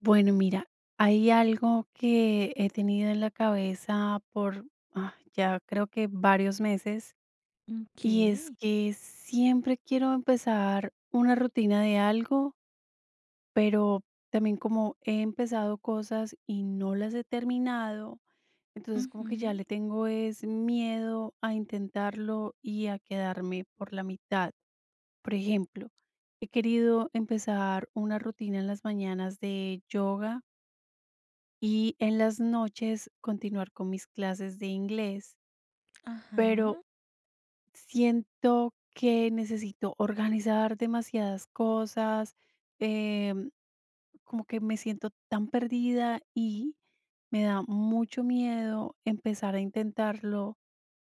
Bueno, mira, hay algo que he tenido en la cabeza por ya creo que varios meses y es Okey. que siempre quiero empezar una rutina de algo, pero también como he empezado cosas y no las he terminado, entonces como que ya Ujú. le tengo es miedo a intentarlo y a quedarme por la mitad. Por ejemplo, he querido empezar una rutina en las mañanas de yoga y en las noches continuar con mis clases de inglés, Ajá. pero siento que necesito organizar demasiadas cosas, em, como que me siento tan perdida y me da mucho miedo empezar a intentarlo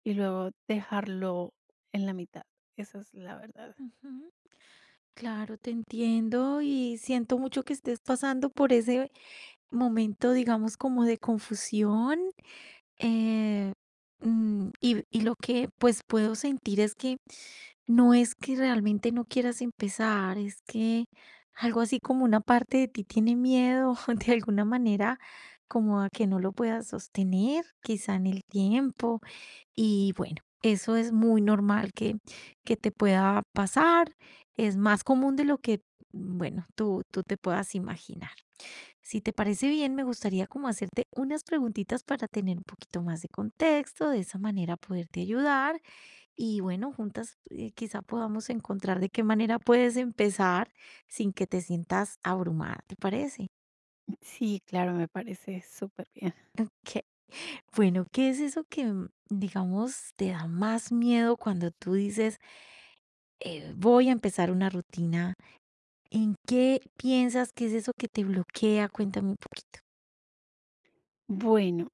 y luego dejarlo en la mitad. Esa es la verdad. Ujú. Claro, te entiendo y siento mucho que estés pasando por ese momento, digamos, como de confusión. eh, y lo que, pues, puedo sentir es que no es que realmente no quieras empezar, es que algo así como una parte de ti tiene miedo de alguna manera, como a que no lo puedas sostener, quizá en el tiempo. Y bueno, eso es muy normal que te pueda pasar. Es más común de lo que, bueno, tú te puedas imaginar. Si te parece bien, me gustaría como hacerte unas preguntitas para tener un poquito más de contexto, de esa manera poderte ayudar, y bueno, juntas quizá podamos encontrar de qué manera puedes empezar sin que te sientas abrumada, ¿te parece? Sí, claro, me parece súper bien. Que, bueno, ¿qué es eso que, digamos, te da más miedo cuando tú dices, voy a empezar una rutina? ¿En qué piensas que es eso que te bloquea? Cuéntame un poquito. Bueno,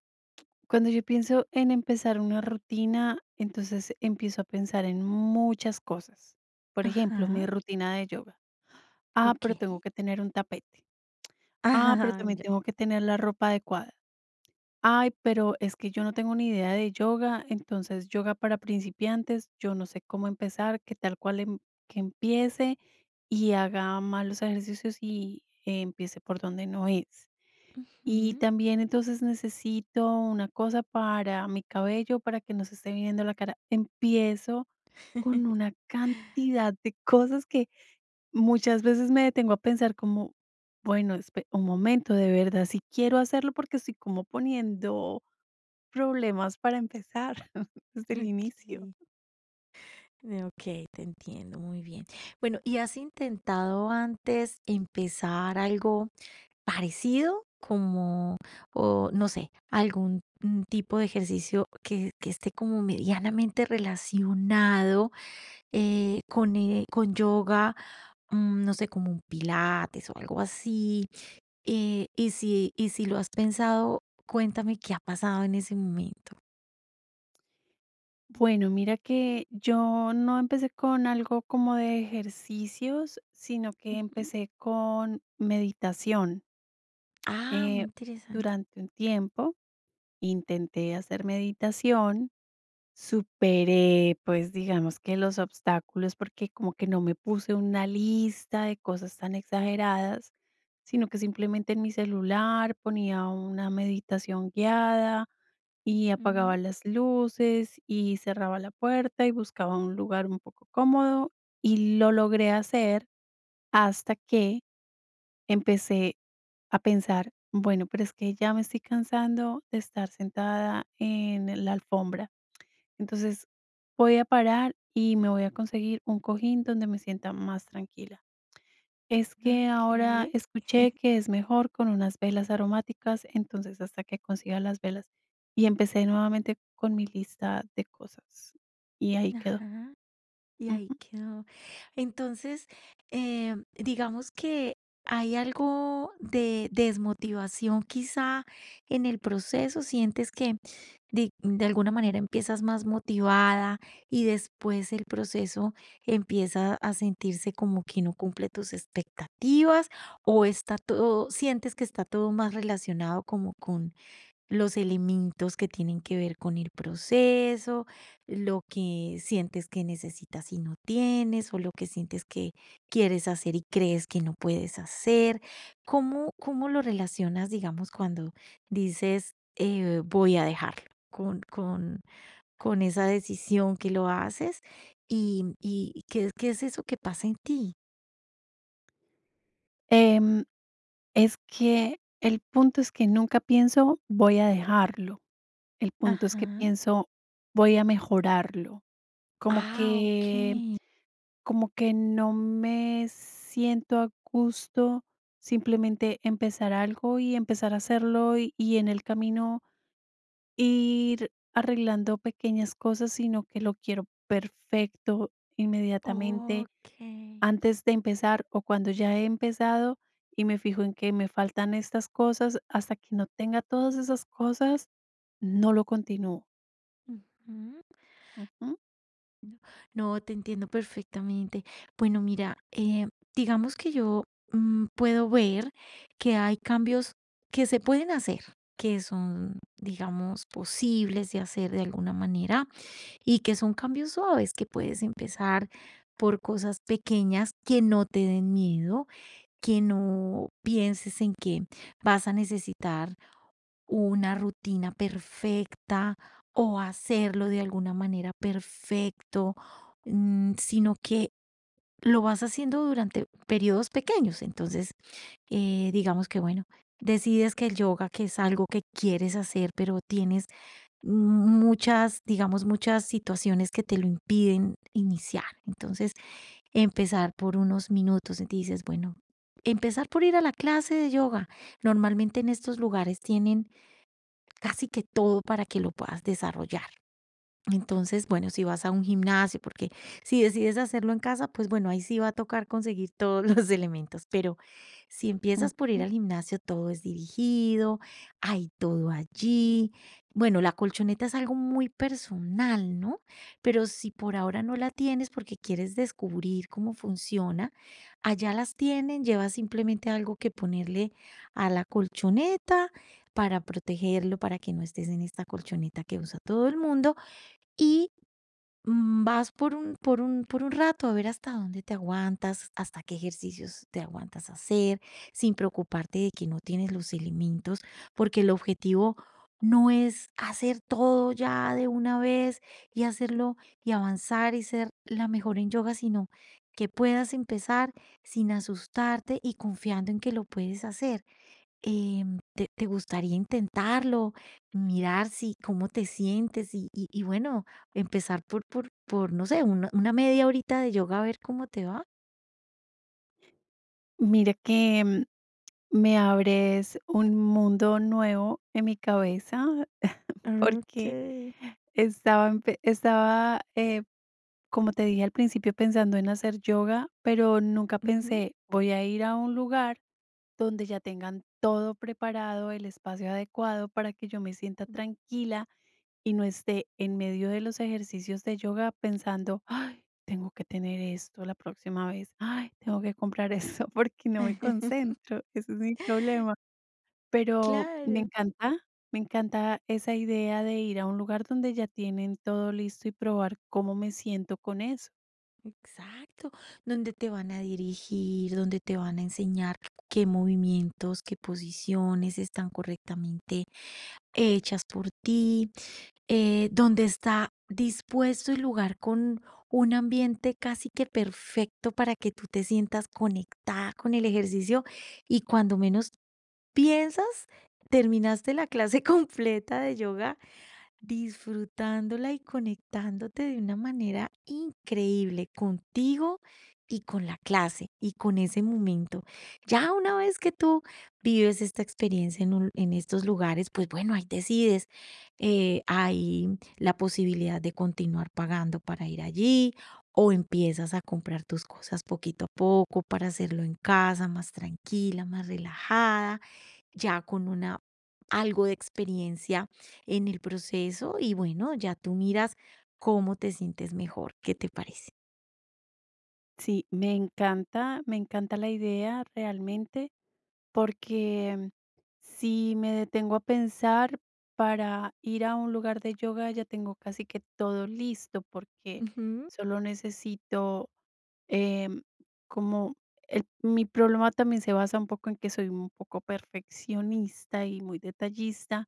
cuando yo pienso en empezar una rutina, entonces empiezo a pensar en muchas cosas. Por ejemplo, mi Ajá, rutina de yoga. Ah, ok. pero tengo que tener un tapete. Ah, pero Ajá, también ya. tengo que tener la ropa adecuada. Ay, pero es que yo no tengo ni idea de yoga, entonces yoga para principiantes, yo no sé cómo empezar, que tal cual que empiece y haga malos ejercicios y empiece por donde no es. Y Ujú. también entonces necesito una cosa para mi cabello, para que no se esté viendo la cara. Empiezo con una cantidad de cosas que muchas veces me detengo a pensar como, bueno, un momento, de verdad, si quiero hacerlo porque estoy como poniendo problemas para empezar desde el inicio. Ok, ok, te entiendo muy bien. Bueno, ¿y has intentado antes empezar algo parecido? Como, o no sé, algún tipo de ejercicio que esté como medianamente relacionado, con yoga, no sé, como un pilates o algo así. Y si lo has pensado, cuéntame qué ha pasado en ese momento. Bueno, mira que yo no empecé con algo como de ejercicios, sino que Ujú. empecé con meditación. Ah, muy Eh, interesante. durante un tiempo intenté hacer meditación, superé, pues digamos que los obstáculos, porque como que no me puse una lista de cosas tan exageradas, sino que simplemente en mi celular ponía una meditación guiada y apagaba Ujú. las luces y cerraba la puerta y buscaba un lugar un poco cómodo y lo logré hacer hasta que empecé a pensar, bueno, pero es que ya me estoy cansando de estar sentada en la alfombra. Entonces voy a parar y me voy a conseguir un cojín donde me sienta más tranquila. Es que ahora Ok. escuché que es mejor con unas velas aromáticas, entonces hasta que consiga las velas. Y empecé nuevamente con mi lista de cosas. Y ahí quedó. Ajá. Y Ujú. ahí quedó. Entonces, digamos que hay algo de desmotivación quizá en el proceso, sientes que de alguna manera empiezas más motivada y después el proceso empieza a sentirse como que no cumple tus expectativas, o está todo, sientes que está todo más relacionado como los elementos que tienen que ver con el proceso, lo que sientes que necesitas y no tienes, o lo que sientes que quieres hacer y crees que no puedes hacer. ¿Cómo lo relacionas, digamos, cuando dices, voy a dejarlo, con, con esa decisión que lo haces? ¿Y qué es eso que pasa en ti? Em, es que el punto es que nunca pienso voy a dejarlo. El punto es que Ajá. pienso, voy a mejorarlo. Como Ah, ok. que como que no me siento a gusto simplemente empezar algo y empezar a hacerlo y en el camino ir arreglando pequeñas cosas, sino que lo quiero perfecto inmediatamente Ok. antes de empezar o cuando ya he empezado y me fijo en que me faltan estas cosas, hasta que no tenga todas esas cosas, no lo continúo. Ujú. Ujú. No, te entiendo perfectamente. Bueno, mira, digamos que yo puedo ver que hay cambios que se pueden hacer, que son, digamos, posibles de hacer de alguna manera, y que son cambios suaves, que puedes empezar por cosas pequeñas que no te den miedo, que no pienses en que vas a necesitar una rutina perfecta o hacerlo de alguna manera perfecto, sino que lo vas haciendo durante periodos pequeños. Entonces, digamos que, bueno, decides que el yoga, que es algo que quieres hacer, pero tienes muchas, digamos, muchas situaciones que te lo impiden iniciar. Entonces, empezar por unos minutos y dices, bueno, empezar por ir a la clase de yoga. Normalmente en estos lugares tienen casi que todo para que lo puedas desarrollar. Entonces, bueno, si vas a un gimnasio, porque si decides hacerlo en casa, pues bueno, ahí sí va a tocar conseguir todos los elementos, pero si Ujú. empiezas por ir al gimnasio, todo es dirigido, hay todo allí. Bueno, la colchoneta es algo muy personal, ¿no? Pero si por ahora no la tienes porque quieres descubrir cómo funciona, allá las tienen, llevas simplemente algo que ponerle a la colchoneta para protegerlo, para que no estés en esta colchoneta que usa todo el mundo, y vas por un rato a ver hasta dónde te aguantas, hasta qué ejercicios te aguantas hacer, sin preocuparte de que no tienes los elementos, porque el objetivo no es hacer todo ya de una vez y hacerlo y avanzar y ser la mejor en yoga, sino que puedas empezar sin asustarte y confiando en que lo puedes hacer. ¿Te gustaría intentarlo? Mirar si cómo te sientes y bueno, empezar por, no sé, una media horita de yoga a ver cómo te va. Mira que me abres un mundo nuevo en mi cabeza porque Okey. Estaba como te dije al principio, pensando en hacer yoga, pero nunca Ujú. pensé, voy a ir a un lugar donde ya tengan todo preparado, el espacio adecuado para que yo me sienta tranquila y no esté en medio de los ejercicios de yoga pensando, ay, tengo que tener esto la próxima vez, ay, tengo que comprar eso porque no me concentro, ese es mi problema. Pero Claro. Me encanta esa idea de ir a un lugar donde ya tienen todo listo y probar cómo me siento con eso. Exacto, donde te van a dirigir, donde te van a enseñar qué movimientos, qué posiciones están correctamente hechas por ti, donde está dispuesto el lugar con un ambiente casi que perfecto para que tú te sientas conectada con el ejercicio, y cuando menos piensas, terminaste la clase completa de yoga, disfrutándola y conectándote de una manera increíble contigo y con la clase y con ese momento. Ya una vez que tú vives esta experiencia en estos lugares, pues bueno, ahí decides, hay la posibilidad de continuar pagando para ir allí o empiezas a comprar tus cosas poquito a poco para hacerlo en casa, más tranquila, más relajada, ya con una, algo de experiencia en el proceso, y bueno, ya tú miras cómo te sientes mejor. ¿Qué te parece? Sí, me encanta la idea realmente. Porque si me detengo a pensar para ir a un lugar de yoga ya tengo casi que todo listo porque Ujú. solo necesito, em, como mi problema también se basa un poco en que soy un poco perfeccionista y muy detallista.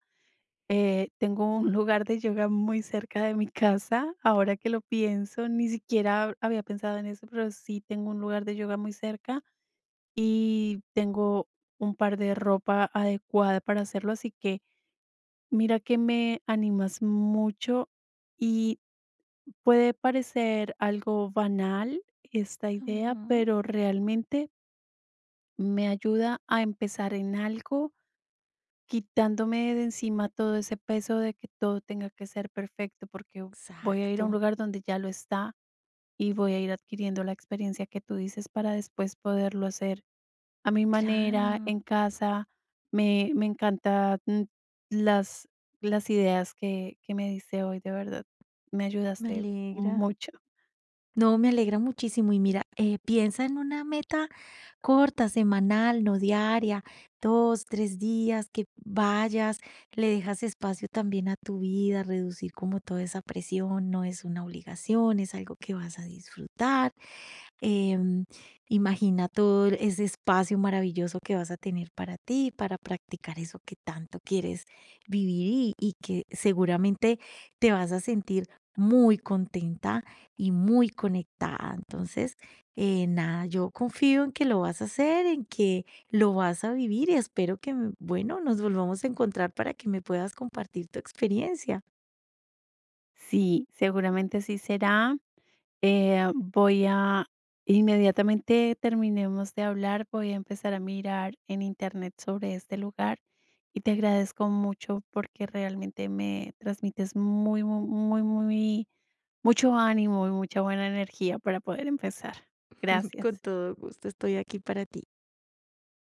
Tengo un lugar de yoga muy cerca de mi casa, ahora que lo pienso, ni siquiera había pensado en eso, pero sí tengo un lugar de yoga muy cerca y tengo un par de ropa adecuada para hacerlo, así que mira que me animas mucho y puede parecer algo banal esta idea, Ujú. pero realmente me ayuda a empezar en algo quitándome de encima todo ese peso de que todo tenga que ser perfecto, porque voy a ir Exacto, a un lugar donde ya lo está y voy a ir adquiriendo la experiencia que tú dices para después poderlo hacer a mi manera, claro, en casa. Me encantan las, las ideas que me diste hoy, de verdad. Me me ayudaste alegra. mucho. No, me alegra muchísimo, y mira, piensa en una meta corta, semanal, no diaria, dos, tres días, que vayas, le dejas espacio también a tu vida, reducir como toda esa presión, no es una obligación, es algo que vas a disfrutar. Em, imagina todo ese espacio maravilloso que vas a tener para ti, para practicar eso que tanto quieres vivir, y que seguramente te vas a sentir muy contenta y muy conectada. Entonces, nada, yo confío en que lo vas a hacer, en que lo vas a vivir, y espero que, bueno, nos volvamos a encontrar para que me puedas compartir tu experiencia. Sí, seguramente sí será. Voy a, inmediatamente terminemos de hablar, voy a empezar a mirar en internet sobre este lugar y te agradezco mucho porque realmente me transmites muy, muy, muy, muy, mucho ánimo y mucha buena energía para poder empezar. Con Gracias. todo gusto, estoy aquí para ti.